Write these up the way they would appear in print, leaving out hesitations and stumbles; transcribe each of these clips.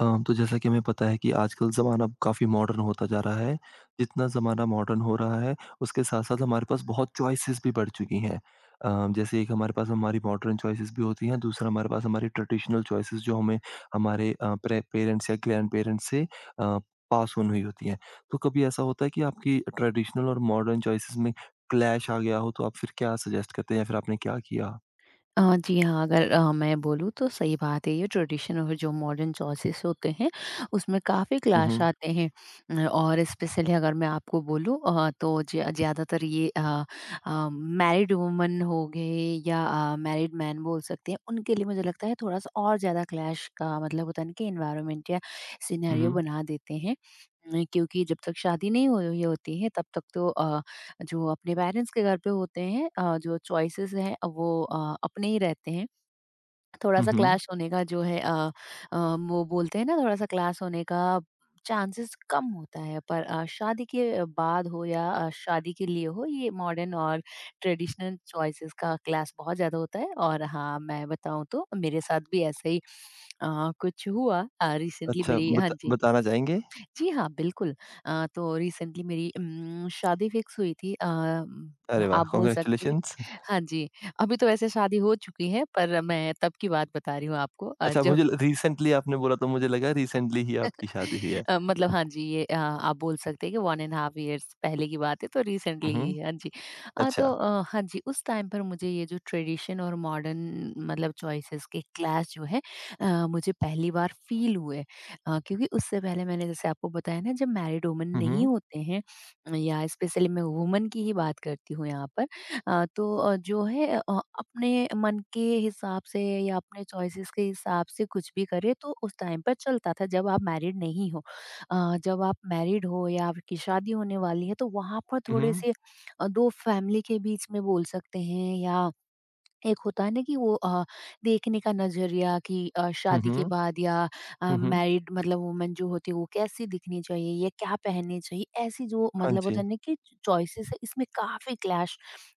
तो जैसा कि हमें पता है कि आजकल ज़माना काफ़ी मॉडर्न होता जा रहा है। जितना ज़माना मॉडर्न हो रहा है, उसके साथ-साथ हमारे पास बहुत चॉइसेस भी बढ़ चुकी हैं। जैसे एक हमारे पास हमारी मॉडर्न चॉइसेस भी होती हैं, दूसरा हमारे पास हमारी ट्रेडिशनल चॉइसेस जो हमें हमारे अ, प्रे पेरेंट्स या ग्रैंडपेरेंट्स से अ, पास ऑन हुई होती हैं। तो कभी ऐसा होता है कि आपकी ट्रेडिशनल और मॉडर्न चॉइसेस में क्लैश आ गया हो, तो आप फिर क्या सजेस्ट करते हैं या फिर आपने क्या किया? जी हाँ, अगर मैं बोलूँ तो सही बात है ये ट्रेडिशन और जो मॉडर्न चॉइसेस होते हैं, उसमें काफ़ी हुँ, क्लैश हुँ। आते हैं। और स्पेशली अगर मैं आपको बोलूँ तो ज़्यादातर ये मैरिड वुमन हो गए या मैरिड मैन बोल सकते हैं, उनके लिए मुझे लगता है थोड़ा-सा और ज़्यादा क्लैश का मतलब होता है ना कि एनवायरनमेंट या हुँ, सिनेरियो हुँ। बना देते हैं। क्योंकि जब तक शादी नहीं हो हुई होती है तब तक तो जो अपने पेरेंट्स के घर पे होते हैं जो चॉइसेस हैं वो अपने ही रहते हैं थोड़ा हुँ, सा हुँ। क्लैश होने का जो है अ, वो बोलते हैं ना थोड़ा सा क्लैश होने का चांसेस कम होता है पर शादी के बाद हो या शादी के लिए हो ये मॉडर्न और ट्रेडिशनल चॉइसेस का क्लैश बहुत ज़्यादा होता है और हाँ मैं बताऊँ तो मेरे साथ भी ऐसा ही कुछ हुआ रिसेंटली अच्छा मेरी हाँ बता जी। बताना चाहेंगे? जी हाँ, बिल्कुल। तो रिसेंटली मेरी शादी फिक्स हुई थी अरे वाह! आप बोल सकते हैं कि कांग्रेचुलेशंस। हाँ जी, अभी तो वैसे शादी हो चुकी है पर मैं तब की बात बता रही हूँ आपको अच्छा, जब मुझे ल रिसेंटली आपने बोला तो मुझे लगा रिसेंटली ही आपकी शादी हुई है। मतलब हाँ जी, ये आप बोल सकते हैं कि 1 1/2 हाफ ईयर्स पहले की बात है, तो हुँ, रिसेंटली ही हुँ। है। हाँ जी। अच्छा। हाँ जी, उस टाइम पर मुझे ये जो ट्रेडिशन और मॉडर्न मतलब चॉइसेस के क्लैश जो है मुझे पहली बार फ़ील हुए। क्योंकि उससे पहले मैंने जैसे आपको बताया ना जब मैरिड वुमन हुँ, नहीं हुँ। होते हैं या स्पेशली मैं वुमन की ही बात करती हूँ यहाँ पर, जो है अपने मन के हिसाब से या अपने चॉइसेस के हिसाब से कुछ भी करे तो उस टाइम पर चलता था जब आप मैरिड नहीं हो। जब आप मैरिड हो या आपकी शादी होने वाली है तो वहां पर हुँ, थोड़े हुँ। से दो फैमिली के बीच में बोल सकते हैं या एक होता है ना कि वो देखने का नजरिया कि हुँ, शादी हुँ। के बाद या हुँ, हुँ। मैरिड मतलब वुमेन जो होती है वो कैसी दिखनी चाहिए या क्या पहननी चाहिए ऐसी जो हाँ मतलब होता जी, है ना कि चॉइसेस है इसमें काफी क्लैश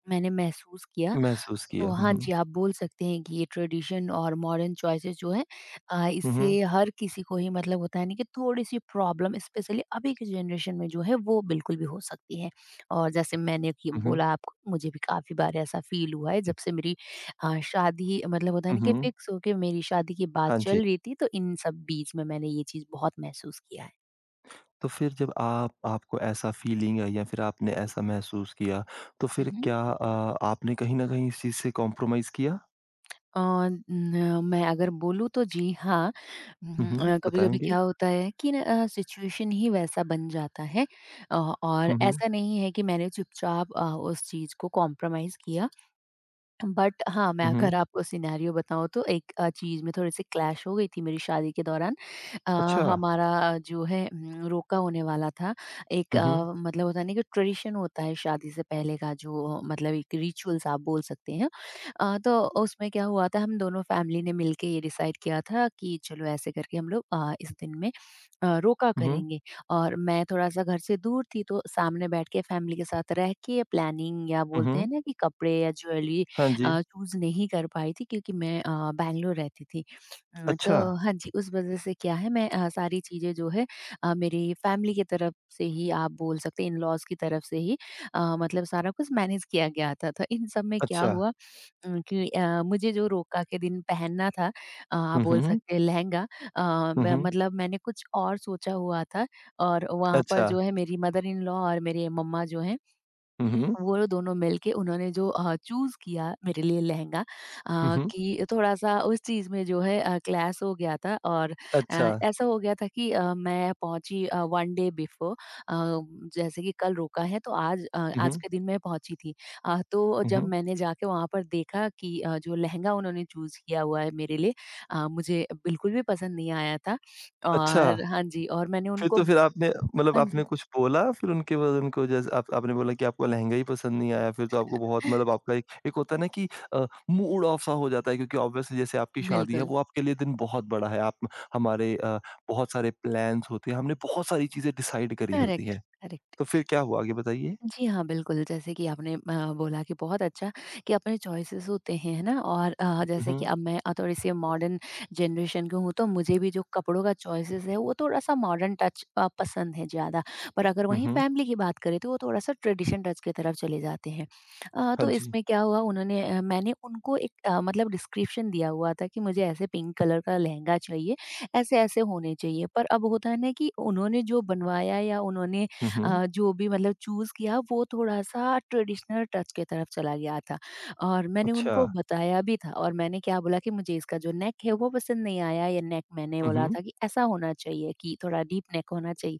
मैंने महसूस किया। महसूस तो किया। हुँ, हाँ जी, हुँ। आप बोल सकते हैं कि ये ट्रेडिशन और मॉडर्न चॉइसेस जो हैं हुँ, इससे हुँ। हर किसी को ही मतलब होता है ना कि थोड़ी-सी प्रॉब्लम स्पेशली अभी के जनरेशन में जो है वो बिल्कुल भी हो सकती है। और जैसे मैंने कि हुँ, हुँ। बोला आपको मुझे भी काफ़ी बार ऐसा फ़ील हुआ है जब से मेरी शादी मतलब होता है हुँ, ना कि हुँ। फिक्स हो के मेरी शादी की बात हाँ जी। चल रही थी तो इन सब बीच में मैंने ये चीज़ बहुत महसूस किया है। तो फिर जब आप आपको ऐसा फ़ीलिंग आई या फिर आपने ऐसा महसूस किया, तो हुँ, फिर हुँ। क्या आपने कहीं न कहीं इस चीज़ से कॉम्प्रोमाइज़ किया? अ, न मैं अगर बोलूँ तो जी हाँ। हुँ, हुँ। कभी-कभी बताएँगे? क्या होता है कि ना सिचुएशन ही वैसा बन जाता है। अ, और हुँ, हुँ। ऐसा नहीं है कि मैंने चुपचाप उस चीज़ को कॉम्प्रोमाइज़ किया। बट हाँ, मैं हुँ, अगर हुँ। आपको सिनेरियो बताऊँ तो एक चीज़ में थोड़े-से क्लैश हो गई थी मेरी शादी के दौरान। अ, अच्छा। हमारा जो है रोका होने वाला था। एक हुँ, हुँ। मतलब होता है ना कि ट्रेडिशन होता है शादी से पहले का जो मतलब एक रिचुअल्स आप बोल सकते हैं। तो उसमें क्या हुआ था हम दोनों फैमिली ने मिलके ये डिसाइड किया था कि चलो ऐसे करके हम लोग इस दिन में रोका हुँ, हुँ। करेंगे। और मैं थोड़ा-सा घर से दूर थी तो सामने बैठ के फैमिली के साथ रह के प्लानिंग या हुँ, बोलते हैं हुँ। ना कि कपड़े या ज्वेलरी हाँ जी। चूज़ नहीं कर पाई थी क्योंकि मैं बैंगलोर रहती थी। तो अच्छा। हाँ जी, उस वज़ह से क्या है मैं सारी चीज़ें जो है मेरी फैमिली की तरफ से ही आप बोल सकते हैं इन-लॉज़ की तरफ से ही मतलब सारा कुछ मैनेज किया गया था। तो इन सब में क्या अच्छा। हुआ कि मुझे जो रोका के दिन पहनना था आप हुँ, बोल हुँ। सकते हैं लहंगा अ, हुँ, म हुँ। मतलब मैंने कुछ और सोचा हुआ था और वहाँ पर अच्छा। जो है मेरी मदर इन-लॉ और मेरे मम्मा जो हैं हुँ, हुँ। वो दोनों मिलके उन्होंने जो चूज़ किया मेरे लिए लहंगा हुँ, हुँ। कि थोड़ा-सा उस चीज़ में जो है क्लैश हो गया था और अच्छा। ऐसा हो गया था कि मैं पहुँची 1 डे बिफ़ोर अ, जैसे कि कल रोका है तो आज हुँ, आज हुँ। के दिन मैं पहुँची थी। तो हुँ, जब हुँ। मैंने जाके वहाँ पर देखा कि जो लहंगा उन्होंने चूज़ किया हुआ है मेरे लिए मुझे बिल्कुल भी पसंद नहीं आया था अच्छा, और हाँ जी, और मैंने फिर उनको तो फिर आपने मतलब हाँ जी। आपने कुछ बोला फिर उनके बाद उनको जैसे आप आपने बोला कि आपको लहंगा ही पसंद नहीं आया फिर तो आपको बहुत मतलब आपका एक एक होता है ना कि मूड ऑफ सा हो जाता है क्योंकि ऑब्वियसली जैसे आपकी शादी है बिल्कुल, वो आपके लिए दिन बहुत बड़ा है। आप हमारे बहुत सारे प्लान्स होते हैं, हमने बहुत सारी चीज़ें डिसाइड करी होती करेक्ट, हैं। करेक्ट। तो फिर क्या हुआ आगे बताइए? जी हाँ, बिल्कुल, जैसे कि आपने बोला कि बहुत अच्छा कि अपने चॉइसेस होते हैं, है ना? और हुँ, जैसे कि हुँ। अब मैं थोड़ी-सी मॉडर्न जनरेशन की हूँ, तो मुझे भी जो कपड़ों का चॉइसेस है, वो थोड़ा-सा मॉडर्न टच पसंद है ज़्यादा। पर अगर हुँ, वहीं हुँ। फैमिली की बात करें, तो वो थोड़ा-सा ट्रेडिशन टच की तरफ चले जाते हैं। हाँ तो जी। इसमें क्या हुआ, उन्होंने मैंने उनको एक मतलब डिस्क्रिप्शन दिया हुआ था कि मुझे ऐसे पिंक कलर का लहंगा चाहिए, ऐसे-ऐसे होने चाहिए। पर अब होता है ना कि उन्होंने जो बनवाया या उन्होंने हुँ, हुँ। जो भी मतलब चूज़ किया वो थोड़ा-सा ट्रेडिशनल टच की तरफ चला गया था और मैंने अच्छा। उनको बताया भी था और मैंने क्या बोला कि मुझे इसका जो नेक है वो पसंद नहीं आया या नेक मैंने हुँ, बोला हुँ। था कि ऐसा होना चाहिए कि थोड़ा डीप नेक होना चाहिए।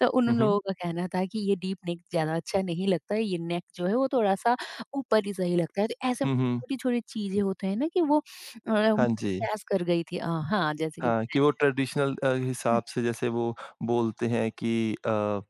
तो उन हुँ, उन लोगों हुँ। का कहना था कि ये डीप नेक ज़्यादा अच्छा नहीं लगता है, ये नेक जो है वो थोड़ा-सा ऊपर ही सही लगता है। तो ऐसे हुँ, हुँ। छोटी-छोटी चीज़ें होते हैं ना कि वो मतलब हाँ जी। क्लैश कर गई थी हाँ, जैसे कि हाँ, मैंने कि वो ट्रेडिशनल हाँ, हिसाब से जैसे वो बोलते हैं कि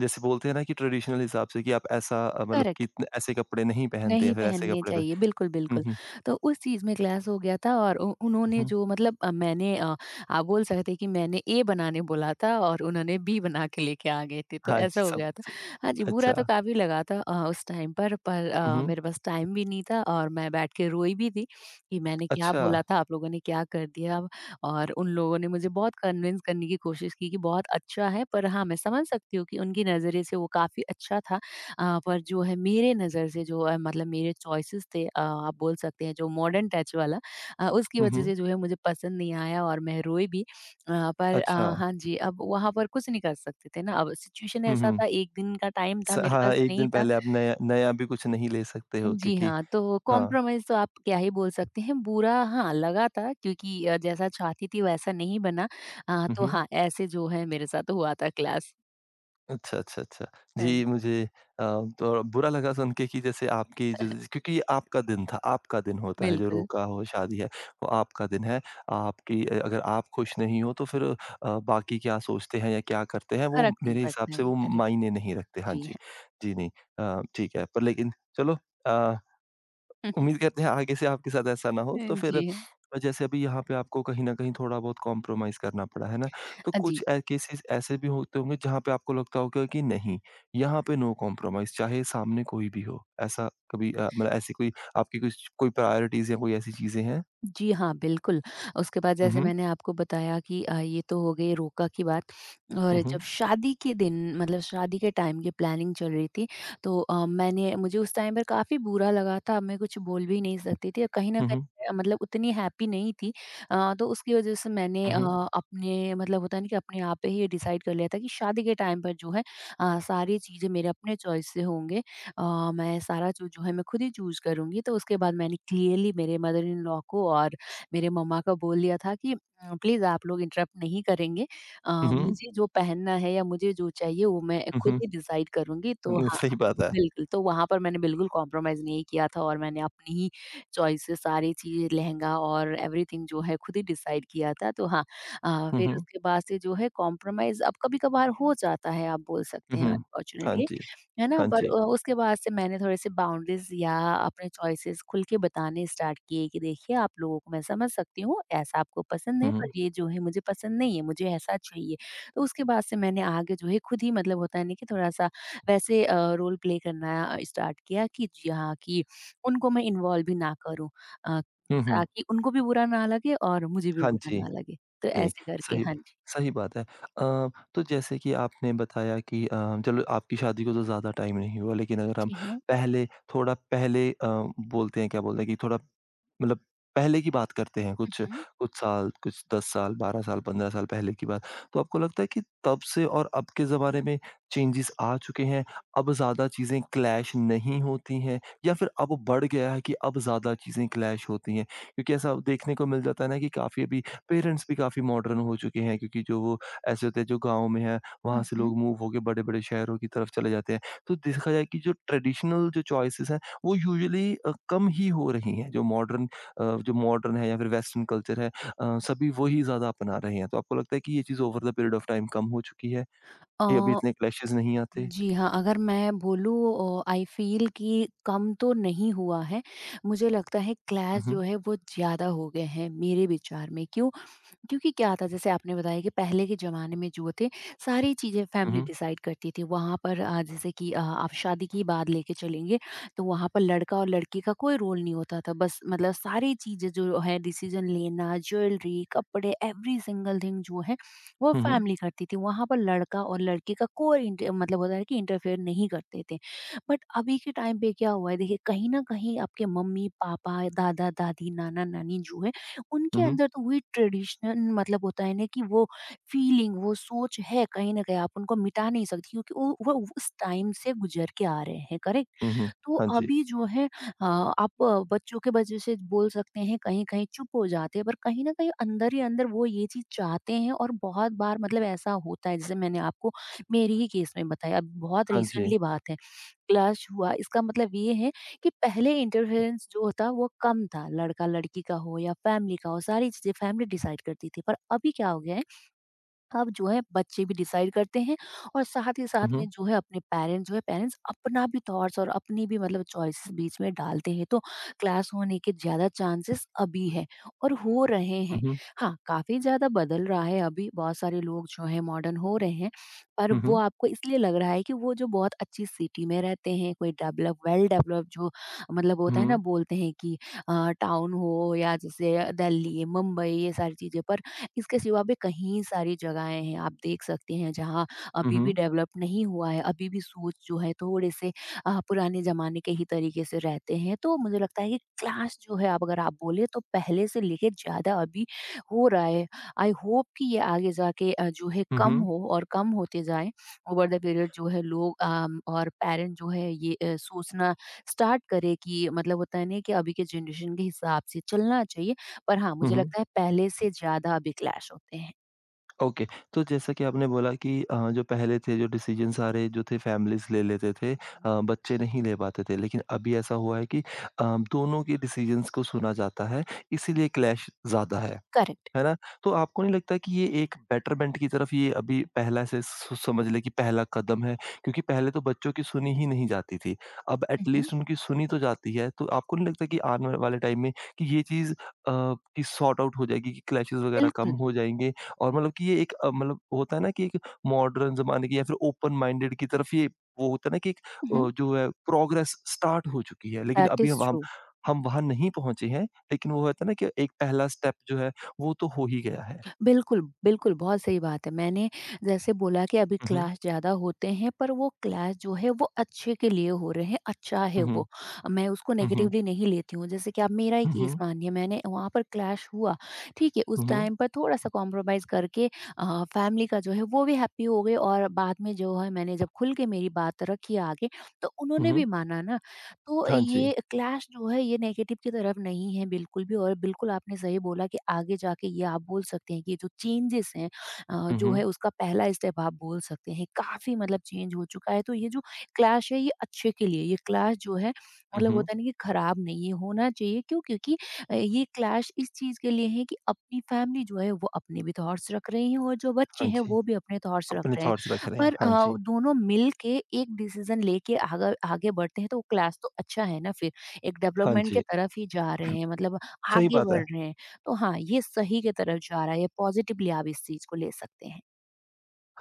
जैसे बोलते हैं ना कि ट्रेडिशनल हिसाब से कि आप ऐसा मतलब कि करेक्ट। इतने ऐसे कपड़े नहीं पहनते नहीं या फिर ऐसे पहनने कपड़े पह चाहिए, बिल्कुल, हुँ, बिल्कुल। हुँ, तो उस चीज़ में क्लैश हो गया था और उ हुँ, उन्होंने हुँ। जो मतलब आप बोल सकते हैं कि मैंने ए बनाने बोला था और उन्होंने बी बना के लेके आ गए थे, तो हाँ ऐसा जी, हो सब गया था। हाँ जी, बुरा तो अच्छा। काफ़ी लगा था उस टाइम पर हुँ, हुँ, मेरे पास टाइम भी नहीं था और मैं बैठ के रोई भी थी कि मैंने क्या अच्छा। बोला था, आप लोगों ने क्या कर दिया अब। और उन लोगों ने मुझे बहुत कन्विंस करने की कोशिश की कि बहुत अच्छा है, पर हाँ, मैं समझ सकती हूँ कि उनकी नज़रिए से वो काफ़ी अच्छा था। पर जो है मेरे नज़र से जो है मतलब मेरे चॉइसेस थे आप बोल सकते हैं जो मॉडर्न टच वाला उसकी हुँ, वजह हुँ, से जो है मुझे पसंद नहीं आया और मैं रोई भी। अ, पर अ, अच्छा। हाँ जी, अब वहाँ पर कुछ नहीं कर सकते थे ना, अब सिचुएशन हुँ, ऐसा हुँ। था, 1 दिन का टाइम था, स हाँ, मेरे हाँ, पास 1 नहीं दिन था। पहले आप नया नया भी कुछ नहीं ले सकते हो जी क्योंकि हाँ, तो हाँ। कॉम्प्रोमाइज़ तो आप क्या ही बोल सकते हैं, बुरा हाँ लगा था क्योंकि जैसा चाहती थी वैसा नहीं बना। हुँ, तो हुँ। हाँ, ऐसे जो है मेरे साथ हुआ था क्लास। अच्छा, अच्छा, अच्छा। हाँ, जी, मुझे अ, थोड़ा बुरा लगा सुन के कि जैसे आपकी जो क्योंकि ये आपका दिन था, आपका दिन होता है, जो बिल्कुल, रोका हो शादी है, वो आपका दिन है। आपकी अगर आप खुश नहीं हो तो फिर बाकी क्या सोचते हैं या क्या करते हैं वो फ़र्क नहीं मेरे हिसाब पड़ता है, से वो करेक्ट, मायने नहीं रखते। हाँ जी जी। हाँ। जी, नहीं ठीक है पर लेकिन चलो अ उम्मीद करते हैं आगे से आपके साथ ऐसा ना हो। तो जी। फिर जैसे अभी यहाँ पे आपको कहीं न कहीं थोड़ा बहुत कॉम्प्रोमाइज़ करना पड़ा, है ना? तो जी। कुछ ए केसेज़ ऐसे भी होते होंगे जहाँ पे आपको लगता होगा कि नहीं, यहाँ पे नो कॉम्प्रोमाइज़ चाहे सामने कोई भी हो। ऐसा कभी मतलब ऐसी कोई आपकी कुछ कोई प्रायोरिटीज़ या कोई ऐसी चीज़ें हैं? जी हाँ, बिल्कुल। उसके बाद हुँ, जैसे हुँ। मैंने आपको बताया कि ये तो हो गई रोका की बात और हुँ, जब हुँ। शादी के दिन मतलब शादी के टाइम की प्लानिंग चल रही थी तो मैंने मुझे उस टाइम पर काफ़ी बुरा लगा था। मैं कुछ बोल भी नहीं सकती थी और कहीं न हुँ, हुँ। कहीं मतलब उतनी हैप्पी नहीं थी। तो उसकी वज़ह से मैंने हुँ, हुँ। अपने मतलब होता है ना कि अपने आप पे ही ये डिसाइड कर लिया था कि शादी के टाइम पर जो है सारी चीज़ें मेरे अपने चॉइस से होंगे। मैं सारा जो जो है मैं खुद ही चूज़ करूँगी। तो उसके बाद मैंने क्लियरली मेरे मदर इन लॉ को और मेरे मम्मा को बोल दिया था कि प्लीज़ आप लोग इंटरप्ट नहीं करेंगे। अ, हुँ, हुँ। मुझे जो पहनना है या मुझे जो चाहिए वो मैं हुँ, खुद हुँ। ही डिसाइड करूँगी। तो न हाँ, सही बात है। बिल्कुल, तो वहाँ पर मैंने बिल्कुल कॉम्प्रोमाइज़ नहीं किया था और मैंने अपनी ही चॉइस से सारी चीज़ें लहँगा और एवरीथिंग जो है खुद ही डिसाइड किया था। तो हाँ हुँ, फिर हुँ। उसके बाद से जो है कॉम्प्रोमाइज़ अब कभी-कभार हो जाता है आप बोल सकते हुँ, हैं हुँ। हाँ अनफॉर्च्युनेटली। जी। है ना? हाँ पर जी। उसके बाद से मैंने थोड़े-से बाउंड्रीज़ या अपने चॉइसेस खुल के बताने स्टार्ट किए कि देखिए, आप लोगों को मैं समझ सकती हूँ, ऐसा आपको पसंद है, हुँ, पर हुँ। ये जो है मुझे पसंद नहीं है, मुझे ऐसा चाहिए। तो उसके बाद से मैंने आगे जो है खुद ही, मतलब होता है ना कि थोड़ा-सा वैसे रोल प्ले करना स्टार्ट किया कि जी हाँ, कि उनको मैं इन्वॉल्व भी ना करूँ, अ, हुँ, हुँ। ताकि उनको भी बुरा ना लगे और मुझे भी हाँ बुरा जी। ना लगे। तो नहीं, ऐसे करके सही हाँ जी। सही बात है। तो जैसे कि आपने बताया कि चलो आपकी शादी को तो ज़्यादा टाइम नहीं हुआ, लेकिन अगर हम जी हाँ। पहले थोड़ा पहले बोलते हैं क्या बोलते हैं कि थोड़ा मतलब पहले की बात करते हैं हुँ, कुछ हुँ। कुछ साल, कुछ 10 साल, 12 साल, 15 साल पहले की बात। तो आपको लगता है कि तब से और अब के ज़माने में चेंजेज़ आ चुके हैं, अब ज़्यादा चीज़ें क्लैश नहीं होती हैं या फिर अब बढ़ गया है कि अब ज़्यादा चीज़ें क्लैश होती हैं? क्योंकि ऐसा देखने को मिल जाता है ना कि काफ़ी अभी पेरेंट्स भी काफ़ी मॉडर्न हो चुके हैं क्योंकि जो वो ऐसे होते हैं जो गाँव में है, हुँ, वहाँ से हुँ। लोग मूव होके बड़े-बड़े शहरों की तरफ चले जाते हैं। तो देखा जाए कि जो ट्रेडिशनल जो चॉइसेस हैं, वो यूजुअली कम ही हो रही हैं। जो मॉडर्न है या फिर वेस्टर्न कल्चर है सभी वही ज़्यादा अपना रहे हैं। तो आपको लगता है कि ये चीज़ over the period of time कम हो चुकी है? अ ये अभी इतने क्लैशेज़ नहीं आते? जी हाँ, अगर मैं बोलूँ, आई फ़ील कि कम तो नहीं हुआ है। मुझे लगता है हुँ, क्लैश जो हुँ। है वो ज़्यादा हो गए हैं मेरे विचार में। क्यों? क्योंकि क्या था, जैसे आपने बताया कि पहले के ज़माने में जो थे, सारी चीज़ें हुँ, फैमिली हुँ। डिसाइड करती थी। वहाँ पर जैसे कि आप शादी की बात लेके चलेंगे, तो वहाँ पर लड़का और लड़की का कोई रोल नहीं होता था। बस मतलब सारी चीज़ें जो है डिसीज़न लेना, ज्वेलरी, कपड़े, एवरी सिंगल थिंग जो है वो हुँ, हुँ। फैमिली करती थी। वहाँ पर लड़का और लड़की का कोई इंट मतलब होता है कि इंटरफेयर नहीं करते थे। बट अभी के टाइम पे क्या हुआ है देखिए, कहीं न कहीं आपके मम्मी-पापा, दादा-दादी, नाना-नानी जो है, उनके हुँ, हुँ। अंदर तो वही ट्रेडिशन, मतलब होता है ना कि वो फीलिंग, वो सोच है कहीं न कहीं, आप उनको मिटा नहीं सकती, क्योंकि वो उस टाइम से गुज़र के आ रहे हैं, करेक्ट? हुँ, हुँ। तो हाँ जी। अभी जो है आप बच्चों के वजह से बोल सकते हैं कहीं-कहीं चुप हो जाते हैं, पर कहीं न कहीं अंदर ही अंदर वो ये चीज़ चाहते हैं। और बहुत बार मतलब ऐसा होता है, जैसे मैंने आपको मेरे ही केस में बताया, अब बहुत हाँ जी। रिसेंटली बात है। क्लश हुआ, इसका मतलब ये है कि पहले इंटरफेरेंस जो होता वो कम था, लड़का लड़की का हो या फैमिली का हो, सारी चीजें फैमिली डिसाइड करती थी। पर अभी क्या हो गया है, अब जो है बच्चे भी डिसाइड करते हैं, और साथ ही साथ हुँ, में हुँ। जो है अपने पेरेंट्स जो है, पेरेंट्स अपना भी थॉट्स और अपनी भी मतलब चॉइसेस बीच में डालते हैं। तो क्लास होने के ज्यादा चांसेस अभी है, और हो रहे हैं। हुँ, हुँ। हाँ, काफी ज्यादा बदल रहा है। अभी बहुत सारे लोग जो है मॉडर्न हो रहे हैं, पर हुँ, वो हुँ। आपको इसलिए लग रहा है कि वो जो बहुत अच्छी सिटी में रहते हैं, कोई डेवलप वेल डेवलप जो मतलब हुँ, होता है ना, हुँ। बोलते हैं कि टाउन हो, या जैसे दिल्ली मुंबई, ये सारी चीजें। पर इसके सिवा भी कहीं सारी जगहें हैं, आप देख सकते हैं, जहाँ हुँ, अभी भी हुँ। डेवलप नहीं हुआ है, अभी भी सोच जो है थोड़े से पुराने जमाने के ही तरीके से रहते हैं। तो मुझे लगता है कि क्लास जो है, अब अगर आप बोले, तो पहले से लेके ज़्यादा अभी हो रहा है। आई होप कि ये आगे जाके जो है हुँ, कम हुँ। हो और कम होते जाए, ओवर द पीरियड जो है लोग और पेरेंट जो है ये सोचना स्टार्ट करे कि मतलब होता है ना कि अभी के जनरेशन के हिसाब से चलना चाहिए। पर हाँ, हुँ, मुझे हुँ। लगता है पहले से ज़्यादा अभी क्लैश होते हैं। ओके, तो जैसा कि आपने बोला कि जो पहले थे जो डिसीजन सारे जो थे फैमिलीज़ ले लेते थे हुँ। बच्चे नहीं ले पाते थे। लेकिन अभी ऐसा हुआ है कि दोनों के डिसीजंस को सुना जाता है इसीलिए क्लैश ज़्यादा है। करेक्ट। है ना? तो आपको नहीं लगता कि ये एक बेटरमेंट की तरफ ये अभी पहला से स समझ लें कि पहला कदम है? क्योंकि पहले तो बच्चों की सुनी ही नहीं जाती थी। अब उहुँ। एटलीस्ट उनकी सुनी तो जाती है, तो आपको नहीं लगता कि आने वाले टाइम में कि ये चीज़ कि सॉर्ट आउट हो जाएगी, कि क्लैशेज़ वगैरह कम बिल्कुल। हो जाएँगे और मतलब कि ये एक मतलब होता है ना कि एक मॉडर्न ज़माने की या फिर ओपन माइंडेड की तरफ ये वो होता है ना कि एक उहुँ। जो है प्रोग्रेस स्टार्ट हो चुकी है। लेकिन दैट अभी इज़ अब ट्रू। हम वहाँ नहीं पहुँचे हैं, लेकिन वो होता है ना कि एक पहला स्टेप जो है वो तो हो ही गया है। बिल्कुल, बिल्कुल, बहुत सही बात है। मैंने जैसे बोला कि अभी हुँ, हुँ। क्लैश ज़्यादा होते हैं, पर वो क्लैश जो है वो अच्छे के लिए हो रहे हैं, अच्छा है हुँ, वो। हुँ। मैं उसको हुँ, हुँ। नेगेटिवली नहीं लेती हूँ। जैसे कि आप मेरा ही हुँ, केस हुँ। मानिए, मैंने वहाँ पर क्लैश हुआ, ठीक है? उस हुँ, हुँ। टाइम पर थोड़ा-सा कॉम्प्रोमाइज़ करके फैमिली का जो है वो भी हैप्पी हो गए, और बाद में जो है मैंने जब खुल के मेरी बात रखी आगे, तो हुँ, उन्होंने भी हुँ। माना ना। तो हाँ जी। ये क्लैश जो है ये नेगेटिव की तरफ नहीं है बिल्कुल भी, और बिल्कुल आपने सही बोला कि आगे जाके ये आप बोल सकते हैं कि जो चेंजेस हैं हुँ, जो हुँ। है उसका पहला स्टेप आप बोल सकते हैं। काफ़ी मतलब चेंज हो चुका है, तो ये जो क्लैश है ये अच्छे के लिए, ये क्लैश जो है हुँ, मतलब हुँ। होता है ना कि खराब नहीं है, होना चाहिए। क्यों? क्योंकि ये क्लैश इस चीज़ के लिए है कि अपनी फैमिली जो है वो अपने भी थॉट्स रख रही है, और जो बच्चे हाँ हैं जी। वो भी अपने थॉट्स रख अपने रहे हैं। थॉट्स रख रहे हैं। पर हाँ जी। दोनों मिल के एक डिसीजन लेके आगा आगे बढ़ते हैं, तो वो क्लास तो अच्छा है ना फिर, एक हाँ डेवलपमेंट के जी। तरफ ही जा रहे हैं, मतलब सही आगे बात है। बढ़ रहे हैं। तो हाँ, ये सही के तरफ जा रहा है, ये पॉज़िटिवली आप इस चीज़ को ले सकते हैं।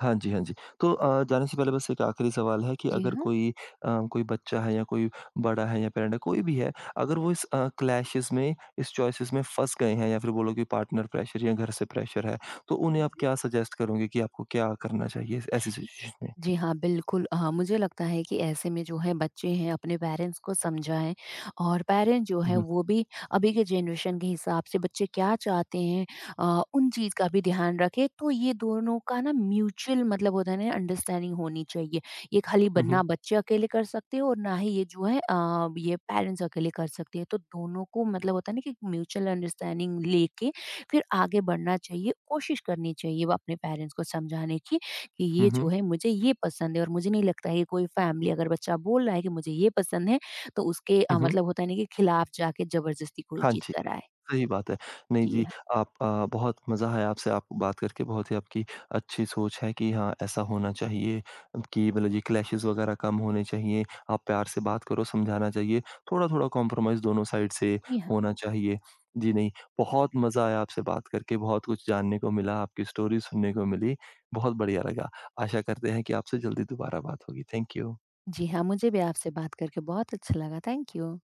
हाँ जी, हाँ जी। तो जाने से पहले बस एक आखिरी सवाल है कि जी अगर हाँ। कोई कोई बच्चा है या कोई बड़ा है या पेरेंट है, कोई भी है, अगर वो इस क्लैशेस में, इस चॉइसेस में फँस गए हैं या फिर बोलो कि पार्टनर प्रेशर या घर से प्रेशर है, तो उन्हें हुँ, आप हुँ। क्या सजेस्ट करोगे कि आपको क्या करना चाहिए ऐसी सिचुएशन में? जी हाँ, बिल्कुल, मुझे लगता है कि ऐसे में जो है बच्चे हैं अपने पेरेंट्स को समझाएँ, और पेरेंट्स जो हुँ, है हुँ। वो भी अभी के जनरेशन के हिसाब से बच्चे क्या चाहते हैं, उन चीज़ का भी ध्यान रखें। तो ये दोनों का ना म्यूचुअल मतलब होता है ना अंडरस्टैंडिंग होनी चाहिए। ये खाली ब हुँ, ना हुँ। बच्चे अकेले कर सकते हैं, और ना ही ये जो है ये पेरेंट्स अकेले कर सकते हैं। तो दोनों को मतलब होता है ना कि म्यूचुअल अंडरस्टैंडिंग लेके फिर आगे बढ़ना चाहिए, कोशिश करनी चाहिए वो अपने पेरेंट्स को समझाने की। कि ये हुँ, जो हुँ। है मुझे ये पसंद है, और मुझे नहीं लगता है कि कोई फैमिली, अगर बच्चा बोल रहा है कि मुझे ये पसंद है, तो उसके हुँ, हुँ। मतलब होता है ना कि खिलाफ जाके ज़बरदस्ती कोई हाँ चीज़ जी। कराए। सही बात है। नहीं जी जी, हाँ, आप बहुत मज़ा आया आपसे आप बात करके, बहुत ही आपकी अच्छी सोच है कि हाँ, ऐसा होना चाहिए कि मतलब ये क्लैशेज़ वग़ैरह कम होने चाहिए। आप प्यार से बात करो, समझाना चाहिए, थोड़ा-थोड़ा कॉम्प्रोमाइज़ दोनों साइड से जी हाँ। होना चाहिए। जी नहीं, बहुत मज़ा आया आपसे बात करके, बहुत कुछ जानने को मिला, आपकी स्टोरी सुनने को मिली, बहुत बढ़िया लगा। आशा करते हैं कि आपसे जल्दी दोबारा बात होगी। Thank you. जी हाँ, मुझे भी आपसे बात करके बहुत अच्छा लगा। Thank you.